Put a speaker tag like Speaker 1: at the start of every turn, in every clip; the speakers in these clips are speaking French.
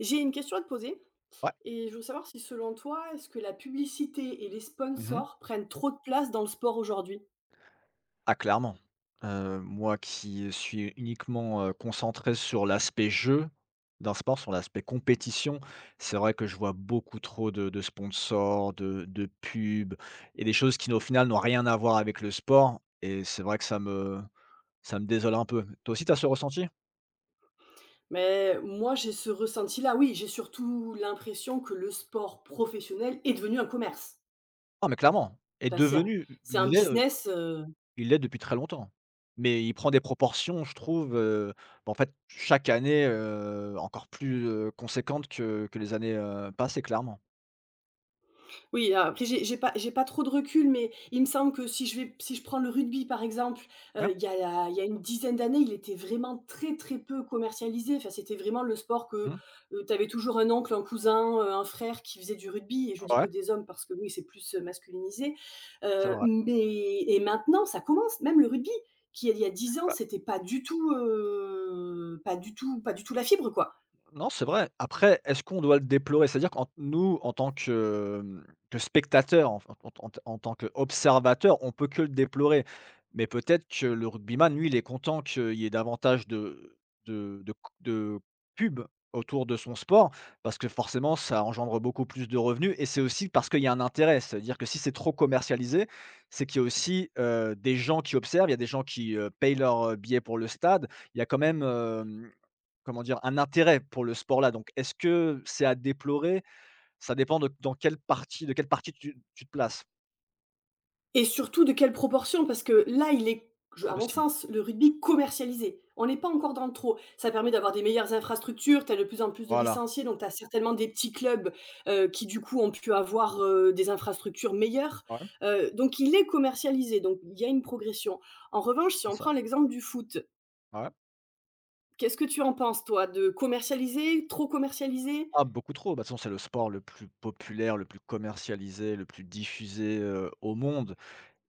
Speaker 1: J'ai une question à te poser
Speaker 2: Ouais.
Speaker 1: et je veux savoir si selon toi, est-ce que la publicité et les
Speaker 2: Mmh.
Speaker 1: sponsors prennent trop de place dans le sport aujourd'hui?
Speaker 2: Ah clairement. Moi qui suis uniquement, concentré sur l'aspect jeu d'un sport, sur l'aspect compétition, c'est vrai que je vois beaucoup trop de sponsors, de pubs et des choses qui au final n'ont rien à voir avec le sport et c'est vrai que ça me désole un peu. Toi aussi tu as ce ressenti?
Speaker 1: Mais moi, j'ai ce ressenti-là. Oui, j'ai surtout l'impression que le sport professionnel est devenu un commerce.
Speaker 2: Ah mais clairement, est
Speaker 1: Enfin, c'est un
Speaker 2: devenu,
Speaker 1: c'est
Speaker 2: il
Speaker 1: un
Speaker 2: l'est.
Speaker 1: business,
Speaker 2: Il l'est depuis très longtemps, mais il prend des proportions, je trouve, bah, en fait, chaque année, encore plus, conséquentes que les années, passées, clairement.
Speaker 1: Oui, ah, après j'ai pas trop de recul, mais il me semble que si je prends le rugby, par exemple,
Speaker 2: Ouais,
Speaker 1: il y a une dizaine d'années, il était vraiment très, très peu commercialisé. Enfin, c'était vraiment le sport que,
Speaker 2: mmh,
Speaker 1: tu avais toujours un oncle, un cousin, un frère qui faisait du rugby et je dis
Speaker 2: ouais,
Speaker 1: que des hommes parce que oui, c'est plus, masculinisé,
Speaker 2: c'est vrai.
Speaker 1: mais et maintenant ça commence, même le rugby qui il y a 10 ans, c'était pas du tout, la fibre, quoi.
Speaker 2: Non, c'est vrai. Après, est-ce qu'on doit le déplorer? C'est-à-dire qu'en nous, en tant que, que spectateurs, en f en en en tant qu'observateurs, on peut que le déplorer. Mais peut-être que le rugbyman, lui, il est content qu'il y ait davantage de de de pub autour de son sport, parce que forcément, ça engendre beaucoup plus de revenus et c'est aussi parce qu'il y a un intérêt. C'est-à-dire que si c'est trop commercialisé, c'est qu'il y a aussi, des gens qui observent, il y a des gens qui, payent leur, billet pour le stade. Il y a quand même, comment dire? Un intérêt pour le sport là, donc est-ce que c'est à déplorer? Ça dépend de dans quelle partie de quelle partie tu te places
Speaker 1: Et surtout, de quelle proportion? Parce que là, il est je, à mon
Speaker 2: aussi.
Speaker 1: sens, le rugby commercialisé. On n'est pas encore dans le trop. Ça permet d'avoir des meilleures infrastructures, tu as de plus en plus de
Speaker 2: Voilà.
Speaker 1: licenciés, donc tu as certainement des petits clubs, qui du coup ont pu avoir, des infrastructures meilleures.
Speaker 2: Ouais,
Speaker 1: Donc il est commercialisé, donc il y a une progression. En revanche, si
Speaker 2: c'est
Speaker 1: on
Speaker 2: ça.
Speaker 1: prend l'exemple du foot,
Speaker 2: Ouais.
Speaker 1: qu'est-ce que tu en penses toi? De commercialiser, trop commercialisé?
Speaker 2: Ah beaucoup trop, bah, de toute façon, c'est le sport le plus populaire, le plus commercialisé, le plus diffusé, au monde.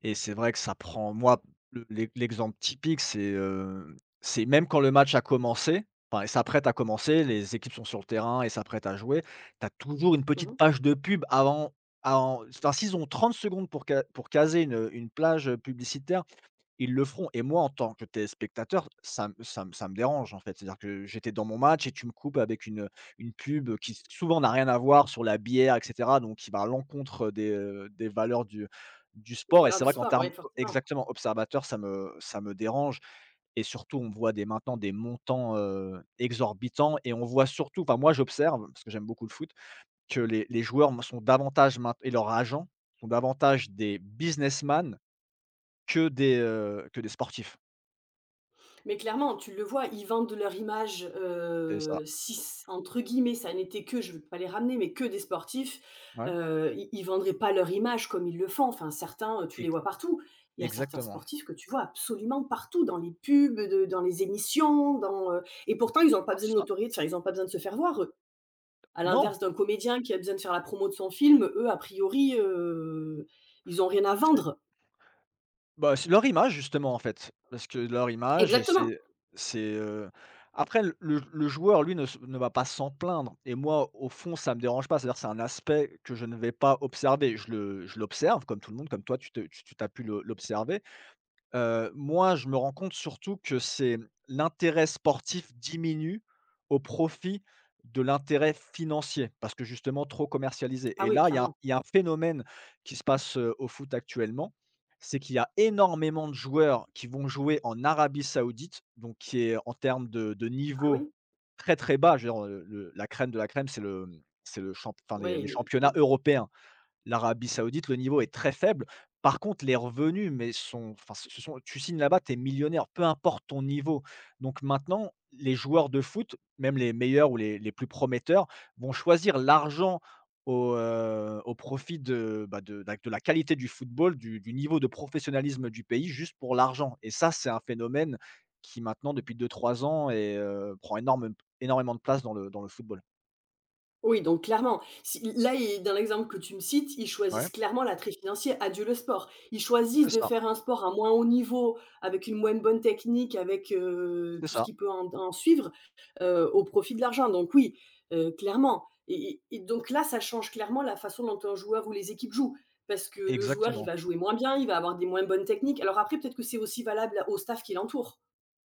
Speaker 2: Et c'est vrai que ça prend moi, le l'e l'exemple typique, c'est, c'est même quand le match a commencé, enfin, et s'apprête à commencer, les équipes sont sur le terrain et s'apprêtent à jouer, tu as toujours une
Speaker 1: Mmh
Speaker 2: petite
Speaker 1: mh.
Speaker 2: page de pub avant enfin, s'ils ont 30 secondes pour caser une, plage, publicitaire. Ils le feront et moi, en tant que téléspectateur, ça me dérange, en fait. C'est-à-dire que j'étais dans mon match et tu me coupes avec une, pub, qui souvent n'a rien à voir sur la bière et cetera, donc qui va à l'encontre des, des valeurs du
Speaker 1: Des
Speaker 2: sport et
Speaker 1: valeurs
Speaker 2: c'est
Speaker 1: du
Speaker 2: vrai qu'en
Speaker 1: sport,
Speaker 2: termes
Speaker 1: ouais, forcément.
Speaker 2: exactement, observateurs, ça me dérange et surtout, on voit des maintenant des montants, exorbitants et on voit surtout enfin, moi, j'observe, parce que j'aime beaucoup le foot, que les joueurs sont davantage maint et leurs agents sont davantage des businessmen que que des sportifs.
Speaker 1: Mais clairement, tu le vois, ils vendent leur image,
Speaker 2: C'est ça.
Speaker 1: si c entre guillemets, ça n'était que, je ne veux pas les ramener, mais que des sportifs,
Speaker 2: Ouais.
Speaker 1: ils vendraient pas leur image comme ils le font. Enfin, certains, tu les
Speaker 2: ex
Speaker 1: vois partout. Il y a certains
Speaker 2: Exactement.
Speaker 1: sportifs que tu vois absolument partout, dans les pubs, de dans les émissions, et pourtant ils n'ont
Speaker 2: Ah
Speaker 1: pas besoin
Speaker 2: c'est
Speaker 1: de
Speaker 2: ça?
Speaker 1: notoriété, enfin, ils n'ont pas besoin de se faire voir, eux. À
Speaker 2: Non,
Speaker 1: l'inverse d'un comédien qui a besoin de faire la promo de son film, eux, a priori, ils ont rien à
Speaker 2: c'est
Speaker 1: vendre.
Speaker 2: bah, c'est leur image justement, en fait, parce que leur image et
Speaker 1: Exactement.
Speaker 2: c'est après le joueur lui ne va pas s'en plaindre et moi au fond ça me dérange pas, c'est-à-dire c'est un aspect que je ne vais pas observer. Je l'observe comme tout le monde, comme toi tu te tu tu as pu le l'observer. Moi, je me rends compte surtout que c'est l'intérêt sportif diminue au profit de l'intérêt financier, parce que justement trop commercialisé
Speaker 1: Ah
Speaker 2: et
Speaker 1: oui,
Speaker 2: là,
Speaker 1: clairement.
Speaker 2: il y a un phénomène qui se passe, au foot actuellement, c'est qu'il y a énormément de joueurs qui vont jouer en Arabie Saoudite, donc qui est en termes de
Speaker 1: Ah
Speaker 2: niveau
Speaker 1: oui?
Speaker 2: très, très bas. Je veux dire, le la crème de la crème, c'est le, mmh, c'est le champ enfin les
Speaker 1: Oui.
Speaker 2: championnats européens. L'Arabie Saoudite, le niveau est très faible. Par contre, les revenus, mais sont enfin, ce sont, tu signes là-bas, tu es millionnaire, peu importe ton niveau. Donc maintenant, les joueurs de foot, même les meilleurs ou les plus prometteurs, vont choisir l'argent au profit de, bah, de la qualité du football, du niveau de professionnalisme du pays, juste pour l'argent. Et ça, c'est un phénomène qui maintenant, depuis deux trois ans et prend énorme énormément de place dans le football.
Speaker 1: Oui, donc clairement, si là, ils dans l'exemple que tu me cites, ils
Speaker 2: Ouais,
Speaker 1: choisissent clairement l'attrait financier, adieu le sport. Ils
Speaker 2: c'est
Speaker 1: choisissent de
Speaker 2: ça,
Speaker 1: faire un sport à moins haut niveau, avec une moins bonne technique, avec,
Speaker 2: c'est
Speaker 1: tout ce
Speaker 2: ça.
Speaker 1: qui peut en suivre, au profit de l'argent. Donc oui, clairement et donc là, ça change clairement la façon dont un joueur ou les équipes jouent. Parce que le joueur, il
Speaker 2: Exactement.
Speaker 1: va jouer moins bien, il va avoir des moins bonnes techniques. Alors après, peut-être que c'est aussi valable au staff qui l'entoure.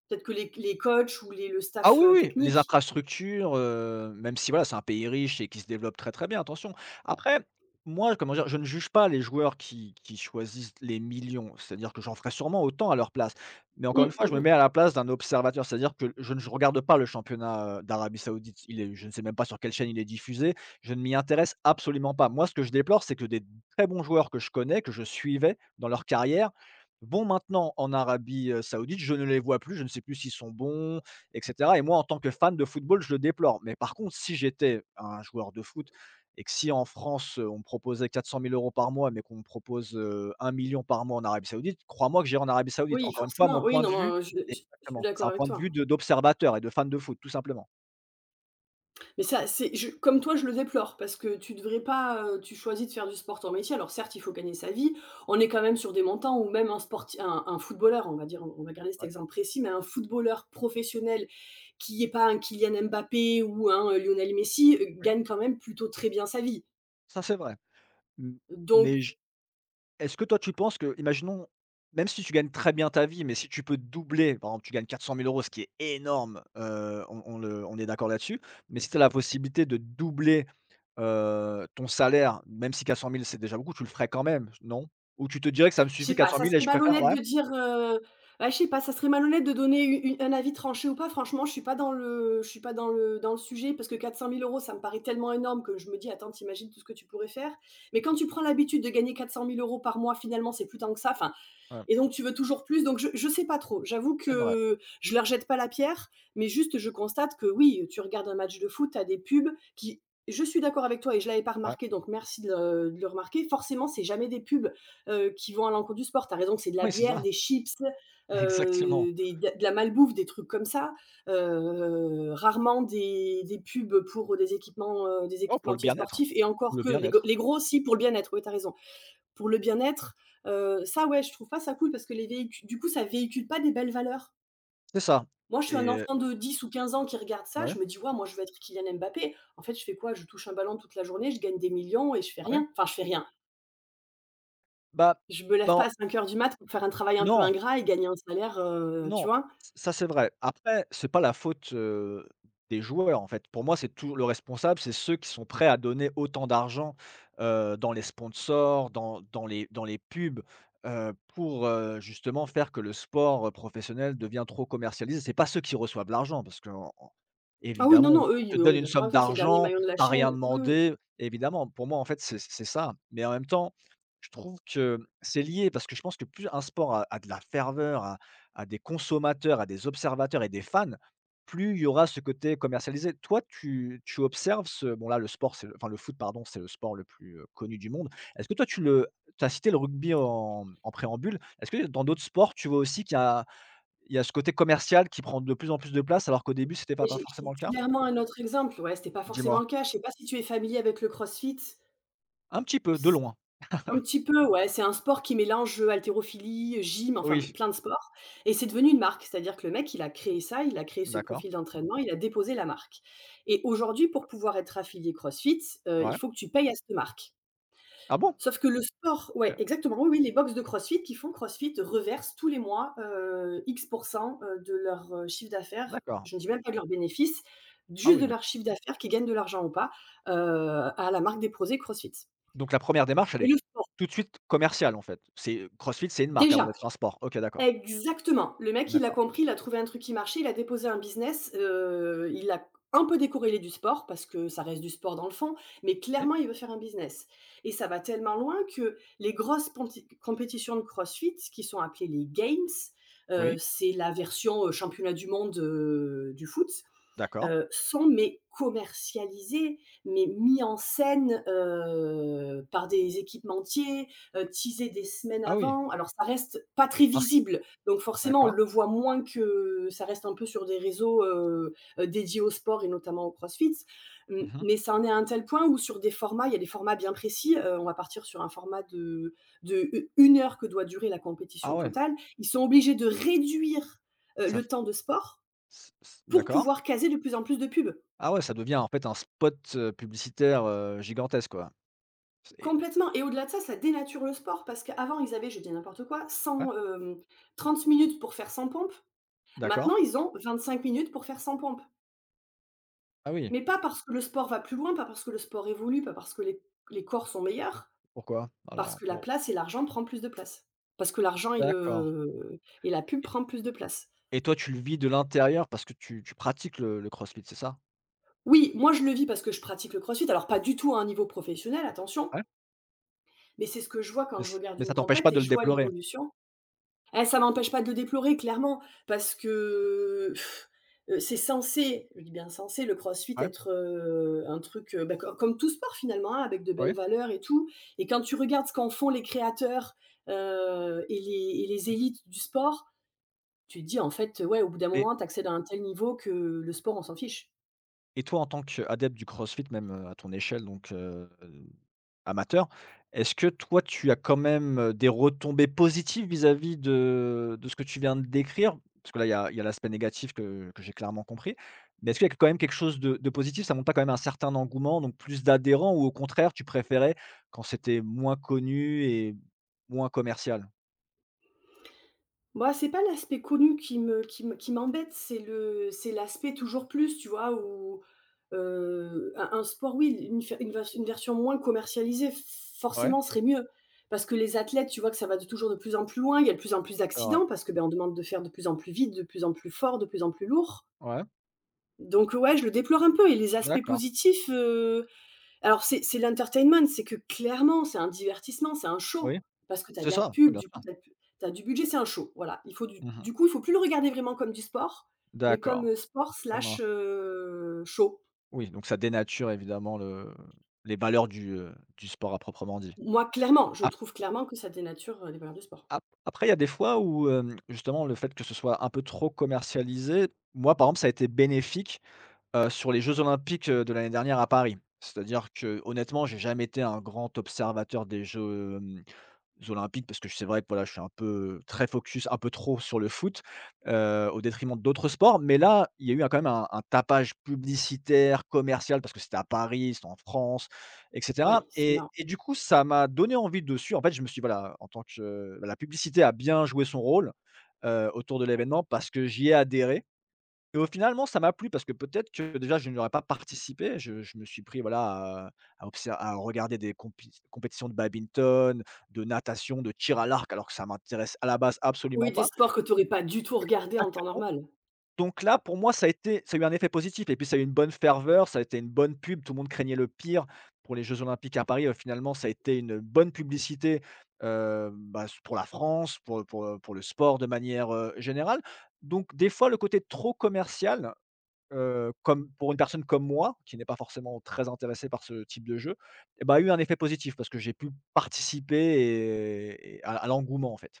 Speaker 1: Peut-être que les coachs ou les le
Speaker 2: Ah
Speaker 1: staff,
Speaker 2: oui, oui, les
Speaker 1: technique.
Speaker 2: infrastructures, même si voilà, c'est un pays riche et qui se développe très, très bien, attention. Après, moi, comment dire? Je ne juge pas les joueurs qui choisissent les millions, c'est-à-dire que j'en ferais sûrement autant à leur place. Mais encore une
Speaker 1: Mmh,
Speaker 2: fois,
Speaker 1: mmh
Speaker 2: je me
Speaker 1: mh.
Speaker 2: mets à la place d'un observateur, c'est-à-dire que je ne regarde pas le championnat, d'Arabie Saoudite. Il est Je ne sais même pas sur quelle chaîne il est diffusé, je ne m'y intéresse absolument pas. Moi, ce que je déplore, c'est que des très bons joueurs que je connais, que je suivais dans leur carrière, vont maintenant en Arabie, Saoudite. Je ne les vois plus, je ne sais plus s'ils sont bons, et cetera et moi, en tant que fan de football, je le déplore. Mais par contre, si j'étais un joueur de foot et que si en France, on me proposait 400 000 euros par mois, mais qu'on me propose, 1 million par mois en Arabie Saoudite, crois-moi que j'irai en Arabie Saoudite.
Speaker 1: Oui,
Speaker 2: Encore une fois, mon
Speaker 1: forcément, oui,
Speaker 2: point de vue
Speaker 1: non, je suis
Speaker 2: exactement, c'est
Speaker 1: d'accord
Speaker 2: un
Speaker 1: avec
Speaker 2: point de vue
Speaker 1: toi.
Speaker 2: de d'observateur et de fan de foot, tout simplement.
Speaker 1: Mais ça, c'est je comme toi, je le déplore parce que tu devrais pas, tu choisis de faire du sport en métier. Alors certes, il faut gagner sa vie. On est quand même sur des montants où même un sporti un footballeur, on va dire, on va garder cet
Speaker 2: Ouais,
Speaker 1: exemple précis, mais un footballeur professionnel qui n'est pas un Kylian Mbappé ou un, Lionel Messi,
Speaker 2: oui.
Speaker 1: gagne quand même plutôt très bien sa vie.
Speaker 2: Ça, c'est vrai. M
Speaker 1: Donc
Speaker 2: Mais j est-ce que toi, tu penses que imaginons, même si tu gagnes très bien ta vie, mais si tu peux doubler, par exemple, tu gagnes 400 000 euros ce qui est énorme, on est d'accord là-dessus, mais si tu as la possibilité de doubler. Ton salaire, même si 400 000 c'est déjà beaucoup, tu le ferais quand même, non? Ou tu te dirais que ça me
Speaker 1: je
Speaker 2: suffit
Speaker 1: sais
Speaker 2: quatre
Speaker 1: pas,
Speaker 2: cent
Speaker 1: ça
Speaker 2: mille et
Speaker 1: serait
Speaker 2: je préfère
Speaker 1: malhonnête
Speaker 2: ouais,
Speaker 1: de dire, bah, je sais pas, ça serait malhonnête de donner u une un avis tranché ou pas. Franchement, je suis pas dans le dans le sujet parce que 400 000 euros, ça me paraît tellement énorme que je me dis: «Attends, tu imagines tout ce que tu pourrais faire?» Mais quand tu prends l'habitude de gagner 400 000 euros par mois, finalement, c'est plus tant que ça. Enfin,
Speaker 2: ouais,
Speaker 1: et donc, tu veux toujours plus. Donc, je sais pas trop. J'avoue
Speaker 2: c'est vrai,
Speaker 1: que je leur jette pas la pierre, mais juste, je constate que oui, tu regardes un match de foot, t'as des pubs qui. Je suis d'accord avec toi et je l'avais pas
Speaker 2: ouais.
Speaker 1: remarqué, donc merci de le, remarquer. Forcément, c'est jamais des pubs qui vont à l'encontre du sport. T'as raison, c'est de la
Speaker 2: Oui, c'est
Speaker 1: bière,
Speaker 2: ça,
Speaker 1: des chips,
Speaker 2: exactement.
Speaker 1: de la malbouffe, des trucs comme ça. Rarement des, pubs pour des équipements, des
Speaker 2: Oh, pour
Speaker 1: équipementiers sportifs. Et encore
Speaker 2: le
Speaker 1: que les,
Speaker 2: bien-être,
Speaker 1: gros, si, pour le bien-être. Oui, t'as raison pour le bien-être. Ça, ouais, je trouve pas ça cool parce que les véhicules, du coup, ça véhicule pas des belles valeurs.
Speaker 2: c'est ça
Speaker 1: Moi, je suis un
Speaker 2: et
Speaker 1: enfant de 10 ou 15 ans qui regarde ça,
Speaker 2: ouais,
Speaker 1: je me dis, ouais, moi, je veux être Kylian Mbappé. En fait, je fais quoi? Je touche un ballon toute la journée, je gagne des millions et je fais
Speaker 2: ouais.
Speaker 1: rien. Enfin, je fais rien.
Speaker 2: Bah,
Speaker 1: Je me lève
Speaker 2: ben,
Speaker 1: pas à 5 heures du mat pour faire un travail un peu
Speaker 2: non.
Speaker 1: ingrat et gagner un salaire, tu
Speaker 2: Non,
Speaker 1: vois.
Speaker 2: ç ça c'est vrai. Après, c'est pas la faute, des joueurs, en fait. Pour moi, c'est tout le responsable, c'est ceux qui sont prêts à donner autant d'argent, dans les sponsors, dans les pubs, pour, justement faire que le sport, professionnel devient trop commercialisé. C'est pas ceux qui reçoivent l'argent parce que
Speaker 1: Ah oui, non,
Speaker 2: évidemment, on
Speaker 1: non, eux,
Speaker 2: te
Speaker 1: on
Speaker 2: donne
Speaker 1: est
Speaker 2: une
Speaker 1: d'accord
Speaker 2: somme
Speaker 1: avec ça, c'est le dernier
Speaker 2: d'argent,
Speaker 1: maillon de la
Speaker 2: t'as
Speaker 1: chaîne.
Speaker 2: rien
Speaker 1: Oui, oui.
Speaker 2: demandé, évidemment. Pour moi, en fait, c'est ça. Mais en même temps, je trouve que c'est lié parce que je pense que plus un sport a de la ferveur, à des consommateurs, à des observateurs et des fans, plus il y aura ce côté commercialisé. Toi, tu observes ce bon là, le sport, c'est le enfin, le foot, pardon, c'est le sport le plus, connu du monde. Est-ce que toi, tu as cité le rugby en préambule. Est-ce que dans d'autres sports, tu vois aussi qu'il y a ce côté commercial qui prend de plus en plus de place, alors qu'au début, c'était
Speaker 1: Et
Speaker 2: pas
Speaker 1: J'ai
Speaker 2: forcément
Speaker 1: j'ai
Speaker 2: le cas?
Speaker 1: clairement un autre exemple. Ouais, c'était pas forcément
Speaker 2: Dis-moi.
Speaker 1: le cas. Je sais pas si tu es familier avec le CrossFit.
Speaker 2: Un petit peu, de loin.
Speaker 1: Un petit peu, ouais, c'est un sport qui mélange, haltérophilie, gym, enfin p
Speaker 2: Oui,
Speaker 1: plein de sports et c'est devenu une marque. C'est-à-dire que le mec, il a créé ça, il a créé ce
Speaker 2: d'accord.
Speaker 1: profil d'entraînement, il a déposé la marque et aujourd'hui, pour pouvoir être affilié CrossFit, il
Speaker 2: Ouais.
Speaker 1: faut que tu payes à cette marque.
Speaker 2: Ah bon?
Speaker 1: Sauf que le sport,
Speaker 2: OK.
Speaker 1: ouais, exactement, oui, oui, les box de CrossFit qui font CrossFit reversent tous les mois, X%, de leur, chiffre d'affaires.
Speaker 2: D'accord.
Speaker 1: Je ne dis même pas de leurs bénéfices,
Speaker 2: Ah
Speaker 1: juste
Speaker 2: oui,
Speaker 1: de leur chiffre d'affaires, qu'ils gagnent de l'argent ou pas, heu, à la marque déposée CrossFit
Speaker 2: donc la première démarche, elle
Speaker 1: et
Speaker 2: est
Speaker 1: le sport,
Speaker 2: tout de suite commerciale, en fait. C'est CrossFit, c'est une marque avant
Speaker 1: déjà.
Speaker 2: d'être un sport. OK, d'accord.
Speaker 1: Exactement. Le mec, il a
Speaker 2: D'accord.
Speaker 1: compris, il a trouvé un truc qui marchait, il a déposé un business, il a un peu décorrélé du sport parce que ça reste du sport dans le fond, mais
Speaker 2: Oui,
Speaker 1: clairement, il veut faire un business et ça va tellement loin que les grosses pomti compétitions de CrossFit qui sont appelées les games,
Speaker 2: oui,
Speaker 1: c'est la version, championnat du monde, du foot,
Speaker 2: d'accord.
Speaker 1: sont mais commercialisés, mais mis en scène, par des équipementiers, teasés des semaines
Speaker 2: Ah oui,
Speaker 1: avant. Alors ça reste pas très
Speaker 2: mince,
Speaker 1: visible, donc forcément on
Speaker 2: d'accord.
Speaker 1: le voit moins que ça reste un peu sur des réseaux, dédiés au sport et notamment au CrossFit.
Speaker 2: Mmh.
Speaker 1: Mais ça en est à un tel point où sur des formats, il y a des formats bien précis. On va partir sur un format une heure que doit durer la
Speaker 2: Ah
Speaker 1: compétition
Speaker 2: ouais,
Speaker 1: totale. Ils sont obligés de réduire,
Speaker 2: ça f
Speaker 1: le temps de sport
Speaker 2: c c
Speaker 1: pour
Speaker 2: d'accord.
Speaker 1: pouvoir caser de plus en plus de pubs.
Speaker 2: Ah ouais, ça devient en fait un spot, publicitaire, gigantesque, quoi. Et
Speaker 1: Complètement, et au-delà de ça, ça dénature le sport parce qu'avant ils avaient, je dis n'importe quoi,
Speaker 2: ouais,
Speaker 1: 30 minutes pour faire 100 pompes.
Speaker 2: d'accord.
Speaker 1: Maintenant, ils ont 25 minutes pour faire 100 pompes.
Speaker 2: Ah oui,
Speaker 1: Mais pas parce que le sport va plus loin, pas parce que le sport évolue, pas parce que les corps sont meilleurs,
Speaker 2: pourquoi?
Speaker 1: parce
Speaker 2: Alors
Speaker 1: que la
Speaker 2: pour
Speaker 1: place et l'argent prennent plus de place. Parce que l'argent
Speaker 2: D'accord.
Speaker 1: et la pub
Speaker 2: Et
Speaker 1: prennent plus de place.
Speaker 2: toi, tu le vis de l'intérieur parce que tu pratiques le CrossFit, c'est ça?
Speaker 1: Oui, moi je le vis parce que je pratique le crossfit, alors pas du tout à un niveau professionnel, attention,
Speaker 2: Ouais,
Speaker 1: mais c'est ce que je vois
Speaker 2: mais
Speaker 1: quand je
Speaker 2: ç
Speaker 1: regarde
Speaker 2: mais ça
Speaker 1: une
Speaker 2: t'empêche pas
Speaker 1: compète
Speaker 2: de
Speaker 1: et
Speaker 2: le
Speaker 1: je vois
Speaker 2: déplorer?
Speaker 1: l'évolution. Ah, ça m'empêche pas de le déplorer clairement parce que, c'est censé, je dis bien censé, le crossfit
Speaker 2: Ouais,
Speaker 1: être, un truc, bah, co comme tout sport finalement, hein, avec de
Speaker 2: oui,
Speaker 1: belles valeurs et tout, et quand tu regardes ce qu'en font les créateurs, et les
Speaker 2: oui
Speaker 1: élites du sport, tu te dis: «En fait, ouais, au bout d'un
Speaker 2: et
Speaker 1: moment, tu accèdes à un tel niveau que le sport, on s'en fiche».
Speaker 2: toi, en tant qu'adepte du CrossFit, même, à ton échelle donc, amateur. Est-ce que toi, tu as quand même, des retombées positives vis-à-vis de ce que tu viens de décrire? Parce que là, il y a l'aspect négatif que j'ai clairement compris. Mais est-ce qu'il y a quand même quelque chose de positif? Ça montre pas quand même un certain engouement, donc plus d'adhérents ou au contraire, tu préférais quand c'était moins connu et moins commercial?
Speaker 1: Bah, c'est pas l'aspect connu qui m'embête, c'est le c'est l'aspect toujours plus, tu vois? Où, un sport, oui, une version moins commercialisée,
Speaker 2: Ouais,
Speaker 1: forcément, serait mieux. Parce que les athlètes, tu vois que ça va de toujours de plus en plus loin, il y a de plus en plus
Speaker 2: c'est vrai.
Speaker 1: d'accidents parce que, ben, on demande de faire de plus en plus vite, de plus en plus fort, de plus en plus lourd.
Speaker 2: Ouais,
Speaker 1: Donc ouais, je le déplore un peu et les aspects
Speaker 2: d'accord.
Speaker 1: positifs, alors c'est l'entertainment, c'est que clairement, c'est un divertissement, c'est un
Speaker 2: Oui,
Speaker 1: show parce que tu as
Speaker 2: c'est
Speaker 1: de la
Speaker 2: ça, oui,
Speaker 1: pub,
Speaker 2: bien
Speaker 1: du coup,
Speaker 2: sûr.
Speaker 1: tu as du budget, c'est un show, voilà. Il faut
Speaker 2: Mmh.
Speaker 1: du coup, il faut plus le regarder vraiment comme du sport, mais comme,
Speaker 2: D'accord.
Speaker 1: sport
Speaker 2: Comme un
Speaker 1: slash, show.
Speaker 2: Oui, donc ça dénature évidemment le les valeurs du sport à proprement dit.
Speaker 1: Moi, clairement, je trouve clairement que ça dénature, les valeurs du sport.
Speaker 2: Ap Après, il y a des fois où, justement, le fait que ce soit un peu trop commercialisé, moi, par exemple, ça a été bénéfique, sur les jeux olympiques, de l'année dernière à Paris. C'est-à-dire que, honnêtement, j'ai jamais été un grand observateur des jeux olympiques parce que c'est vrai que voilà, je suis un peu très focus, un peu trop sur le foot, au détriment d'autres sports. Mais là, il y a eu un quand même un tapage publicitaire, commercial, parce que c'était à Paris, c'était en France et cetera
Speaker 1: Oui, c'est
Speaker 2: et
Speaker 1: marrant.
Speaker 2: du coup, ça m'a donné envie dessus. En fait, je me suis dit, voilà, en tant que bah, la publicité a bien joué son rôle, autour de l'événement parce que j'y ai adhéré et au finalement, ça m'a plu parce que peut-être que déjà je n'aurais pas participé. Je me suis pris voilà à à regarder des compétitions de badminton, de natation, de tir à l'arc alors que ça m'intéresse à la base
Speaker 1: Oui,
Speaker 2: absolument
Speaker 1: des
Speaker 2: pas.
Speaker 1: sports que tu aurais pas du tout regardé en temps
Speaker 2: Exactement.
Speaker 1: normal.
Speaker 2: Donc là, pour moi, ça a eu un effet positif et puis ça a eu une bonne ferveur, ça a été une bonne pub. Tout le monde craignait le pire pour les Jeux olympiques à Paris, finalement ça a été une bonne publicité, bah, pour la France, pour le sport de manière, générale. Donc des fois le côté trop commercial. Comme pour une personne comme moi, qui n'est pas forcément très intéressée par ce type de jeu, et bah, a eu un effet positif parce que j'ai pu participer et à l'engouement, en fait.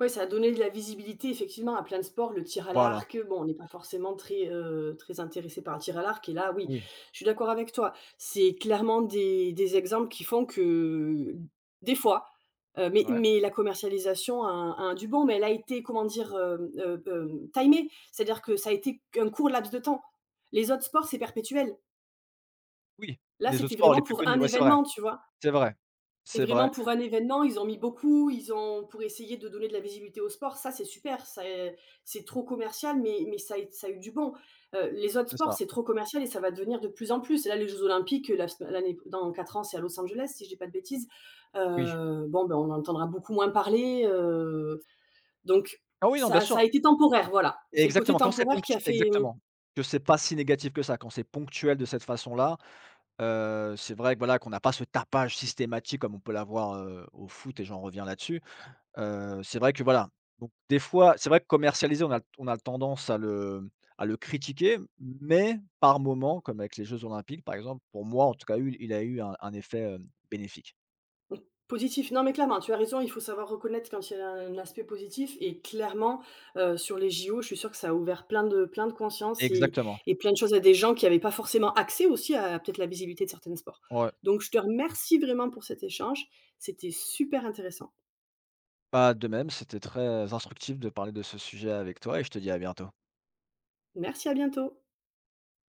Speaker 1: Ouais, ça a donné de la visibilité effectivement à plein de sports, le tir à
Speaker 2: Voilà.
Speaker 1: l'arc, bon, on n'est pas forcément très, très intéressé par le tir à l'arc et là, oui,
Speaker 2: Oui.
Speaker 1: je suis d'accord avec toi. C'est clairement des exemples qui font que, des fois, mais
Speaker 2: Ouais.
Speaker 1: mais la commercialisation a un du bon, mais elle a été, comment dire, timée. C'est-à-dire que ça a été un court laps de temps. Les autres sports, c'est perpétuel.
Speaker 2: Oui,
Speaker 1: Là,
Speaker 2: les autres
Speaker 1: c'était
Speaker 2: sports les
Speaker 1: vraiment
Speaker 2: plus
Speaker 1: pour
Speaker 2: connus.
Speaker 1: un
Speaker 2: Ouais, c'est vrai,
Speaker 1: événement, tu vois?
Speaker 2: c'est vrai,
Speaker 1: Et
Speaker 2: c'est
Speaker 1: vraiment
Speaker 2: vrai,
Speaker 1: pour un événement, ils ont mis beaucoup, ils ont pour essayer de donner de la visibilité au sport, ça c'est super, ça, c'est trop commercial, mais ça a eu du bon. Les autres
Speaker 2: c'est
Speaker 1: sports,
Speaker 2: ça.
Speaker 1: c'est trop commercial et ça va devenir de plus en plus. Et là, les jeux olympiques, la sem l'année dans 4 ans, c'est à Los Angeles, si je dis pas de bêtises.
Speaker 2: Oui.
Speaker 1: Bon, ben, on en entendra beaucoup moins parler, donc
Speaker 2: Ah oui, non, bien
Speaker 1: ça
Speaker 2: sûr.
Speaker 1: a été temporaire, voilà.
Speaker 2: Et
Speaker 1: C'est le côté
Speaker 2: exactement, quand c'est
Speaker 1: temporaire qui
Speaker 2: ponctu
Speaker 1: a fait.
Speaker 2: exactement, que c'est pas si négatif que ça. Quand c'est ponctuel de cette façon-là, c'est vrai que, voilà, qu'on n'a pas ce tapage systématique comme on peut l'avoir, au foot et j'en reviens là-dessus. C'est vrai que voilà, donc des fois, c'est vrai que commercialiser, on a tendance à le critiquer, mais par moment, comme avec les jeux olympiques, par exemple, pour moi, en tout cas, eu il a eu un effet, bénéfique.
Speaker 1: Mmh. Positif. Non, mais clairement, tu as raison, il faut savoir reconnaître quand il y a un aspect positif et clairement, sur les JO, je suis sûre que ça a ouvert plein de conscience et
Speaker 2: Exactement,
Speaker 1: et plein de choses à des gens qui n'avaient pas forcément accès aussi à peut-être la visibilité de certains sports.
Speaker 2: ouais.
Speaker 1: Donc je te remercie vraiment pour cet échange, c'était super intéressant.
Speaker 2: Bah, de même, c'était très instructif de parler de ce sujet avec toi et je te dis à bientôt.
Speaker 1: Merci, à bientôt.